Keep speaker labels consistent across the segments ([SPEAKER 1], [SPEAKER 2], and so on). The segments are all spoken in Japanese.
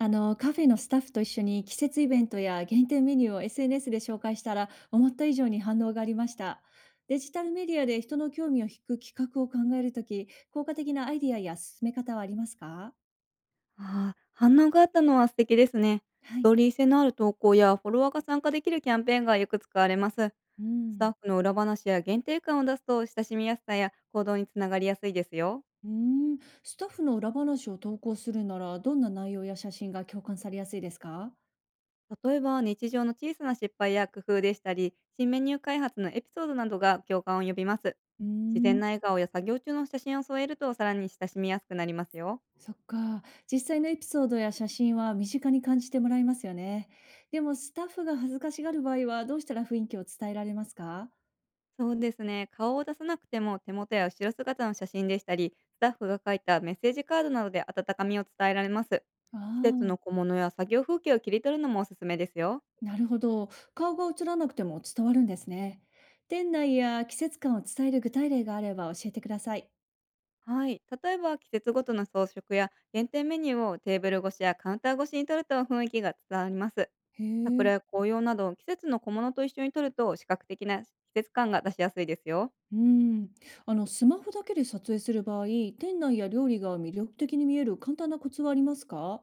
[SPEAKER 1] あのカフェのスタッフと一緒に季節イベントや限定メニューを SNS で紹介したら思った以上に反応がありました。デジタルメディアで人の興味を引く企画を考えるとき、効果的なアイディアや進め方はありますか？
[SPEAKER 2] ああ、反応があったのは素敵ですね。
[SPEAKER 1] は
[SPEAKER 2] スト
[SPEAKER 1] い、
[SPEAKER 2] ーリー性のある投稿やフォロワーが参加できるキャンペーンがよく使われます。ス
[SPEAKER 1] う
[SPEAKER 2] タ
[SPEAKER 1] ん、
[SPEAKER 2] ッフの裏話や限定感を出すと親しみやすさや行動につながりやすいですよ。
[SPEAKER 1] うースタッフの裏話を投稿するならどんな内容や写真が共感されやすいですか？
[SPEAKER 2] 例えば日常の小さな失敗や工夫でしたり、新メニュー開発のエピソードなどが共感を呼びます。
[SPEAKER 1] うー
[SPEAKER 2] 自然
[SPEAKER 1] ん、
[SPEAKER 2] な笑顔や作業中の写真を添えるとさらに親しみやすくなりますよ。
[SPEAKER 1] そっか。実際のエピソードや写真は身近に感じてもらえますよね。でもスタッフが恥ずかしがる場合はどうしたら雰囲気を伝えられますか？
[SPEAKER 2] そうですね。顔を出さなくても手元や後ろ姿の写真でしたり、スタッフが書いたメッセージカードなどで温かみを伝えられます。
[SPEAKER 1] あ
[SPEAKER 2] 季節の
[SPEAKER 1] あ、
[SPEAKER 2] 小物や作業風景を切り取るのもおすすめですよ。
[SPEAKER 1] なるほど。顔が映らなくても伝わるんですね。店内や季節感を伝える具体例があれば教えてください。
[SPEAKER 2] はい。例えば季節ごとの装飾や限定メニューをテーブル越しやカウンター越しに撮ると雰囲気が伝わります。
[SPEAKER 1] へ
[SPEAKER 2] 桜
[SPEAKER 1] え、
[SPEAKER 2] や紅葉など季節の小物と一緒に撮ると視覚的な季節感が出しやすいですよ。
[SPEAKER 1] うん。スマホだけで撮影する場合、店内や料理が魅力的に見える簡単なコツはありますか？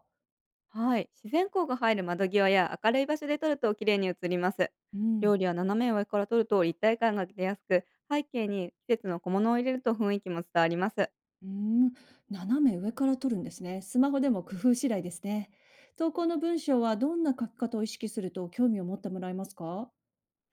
[SPEAKER 2] はい、自然光が入る窓際や明るい場所で撮ると綺麗に映ります。
[SPEAKER 1] うん。
[SPEAKER 2] 料理は斜め上から撮ると立体感が出やすく、背景に季節の小物を入れると雰囲気も伝わります。
[SPEAKER 1] うーん、斜め上から撮るんですね。スマホでも工夫次第ですね。投稿の文章はどんな書き方を意識すると興味を持ってもらえますか？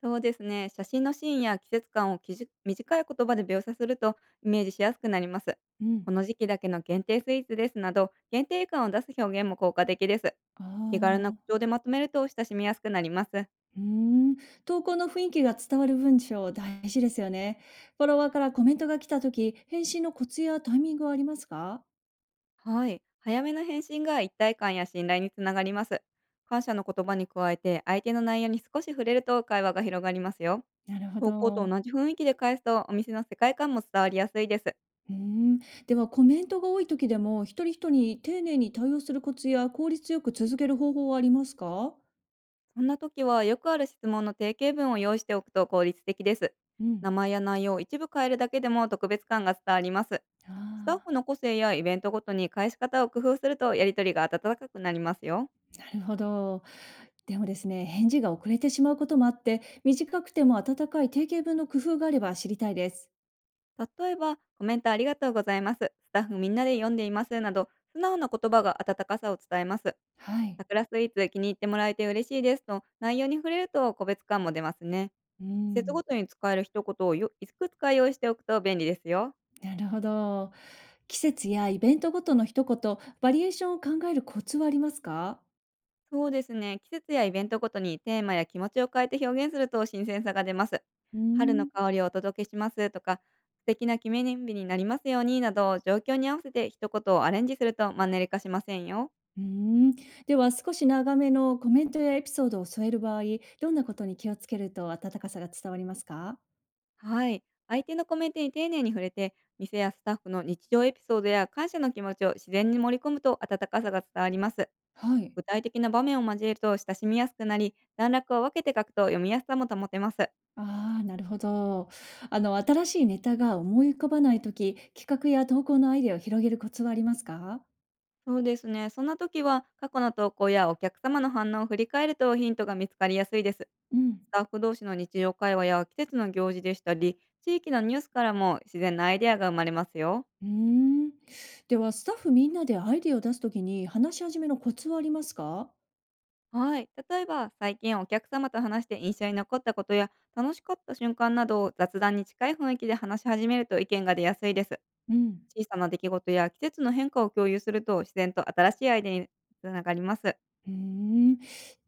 [SPEAKER 2] そうですね、写真のシーンや季節感をきじ短い言葉で描写するとイメージしやすくなります。
[SPEAKER 1] う
[SPEAKER 2] こ
[SPEAKER 1] ん。
[SPEAKER 2] の時期だけの限定スイーツですなど、限定感を出す表現も効果的です。気軽な
[SPEAKER 1] ああ、
[SPEAKER 2] 口調でまとめると親しみやすくなります。
[SPEAKER 1] うーん、投稿の雰囲気が伝わる文章大事ですよね。フォロワーからコメントが来た時、返信のコツやタイミングはありますか？
[SPEAKER 2] はい。早めの返信が一体感や信頼につながります。感謝の言葉に加えて、相手の内容に少し触れると会話が広がりますよ。
[SPEAKER 1] なるほ
[SPEAKER 2] 投稿と
[SPEAKER 1] ど。
[SPEAKER 2] 同じ雰囲気で返すと、お店の世界観も伝わりやすいです。
[SPEAKER 1] うーん、ではコメントが多い時でも、一人一人に丁寧に対応するコツや効率よく続ける方法はありますか？
[SPEAKER 2] そんな時は、よくある質問の定型文を用意しておくと効率的です。
[SPEAKER 1] う
[SPEAKER 2] 名
[SPEAKER 1] ん。
[SPEAKER 2] 前や内容を一部変えるだけでも特別感が伝わります。
[SPEAKER 1] あ
[SPEAKER 2] スタッ
[SPEAKER 1] あ、
[SPEAKER 2] フの個性やイベントごとに返し方を工夫すると、やりとりが温かくなりますよ。
[SPEAKER 1] なるほど。でもですね、返事が遅れてしまうこともあって、短くても温かい定型文の工夫があれば知りたいです。
[SPEAKER 2] 例えば、コメントありがとうございます。スタッフみんなで読んでいますなど、素直な言葉が温かさを伝えます。
[SPEAKER 1] はい。
[SPEAKER 2] 桜スイーツ気に入ってもらえて嬉しいですと、内容に触れると個別感も出ますね。
[SPEAKER 1] う
[SPEAKER 2] 季節
[SPEAKER 1] ん、
[SPEAKER 2] ごとに使える一言をよいくつか用意しておくと便利ですよ。
[SPEAKER 1] なるほど。季節やイベントごとの一言、バリエーションを考えるコツはありますか？
[SPEAKER 2] そうですね。季節やイベントごとにテーマや気持ちを変えて表現すると新鮮さが出ます。
[SPEAKER 1] うー
[SPEAKER 2] 春の
[SPEAKER 1] ん。
[SPEAKER 2] 香りをお届けしますとか、素敵な記念日になりますようになど、状況に合わせて一言をアレンジするとマンネリ化しませんよ。
[SPEAKER 1] うーん。では、少し長めのコメントやエピソードを添える場合、どんなことに気をつけると温かさが伝わりますか？
[SPEAKER 2] はい。相手のコメントに丁寧に触れて、店やスタッフの日常エピソードや感謝の気持ちを自然に盛り込むと温かさが伝わります。
[SPEAKER 1] はい。
[SPEAKER 2] 具体的な場面を交えると親しみやすくなり、段落を分けて書くと読みやすさも保てます。
[SPEAKER 1] ああ、なるほど。新しいネタが思い浮かばないとき、企画や投稿のアイデアを広げるコツはありますか？
[SPEAKER 2] そうですね。そんな時は、過去の投稿やお客様の反応を振り返るとヒントが見つかりやすいです。
[SPEAKER 1] うん。
[SPEAKER 2] スタッフ同士の日常会話や季節の行事でしたり、地域のニュースからも自然なアイデアが生まれますよ。
[SPEAKER 1] うーん。では、スタッフみんなでアイデアを出すときに話し始めのコツはありますか？
[SPEAKER 2] はい。例えば、最近お客様と話して印象に残ったことや、楽しかった瞬間などを雑談に近い雰囲気で話し始めると意見が出やすいです。
[SPEAKER 1] うん。
[SPEAKER 2] 小さな出来事や季節の変化を共有すると、自然と新しいアイデアにつながります。
[SPEAKER 1] うーん。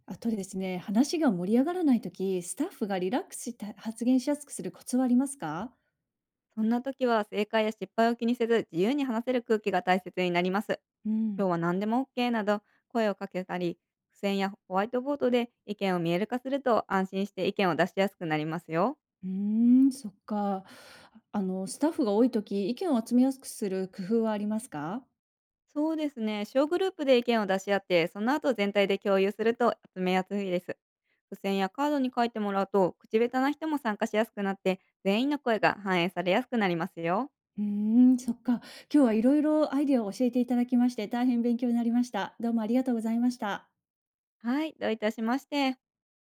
[SPEAKER 1] あとですね、話が盛り上がらないとき、スタッフがリラックスして発言しやすくするコツはありますか？
[SPEAKER 2] そんな時は、正解や失敗を気にせず、自由に話せる空気が大切になります。
[SPEAKER 1] う
[SPEAKER 2] 今
[SPEAKER 1] ん、
[SPEAKER 2] 日は何でも OK など、声をかけたり、付箋やホワイトボードで意見を見える化すると、安心して意見を出しやすくなりますよ。
[SPEAKER 1] うーん、そっか。スタッフが多いとき、意見を集めやすくする工夫はありますか？
[SPEAKER 2] そうですね。小グループで意見を出し合って、その後全体で共有すると集めやすいです。付箋やカードに書いてもらうと、口下手な人も参加しやすくなって、全員の声が反映されやすくなりますよ。
[SPEAKER 1] うーん、そっか。今日はいろいろアイデアを教えていただきまして、大変勉強になりました。どうもありがとうございました。
[SPEAKER 2] はい、どういたしまして。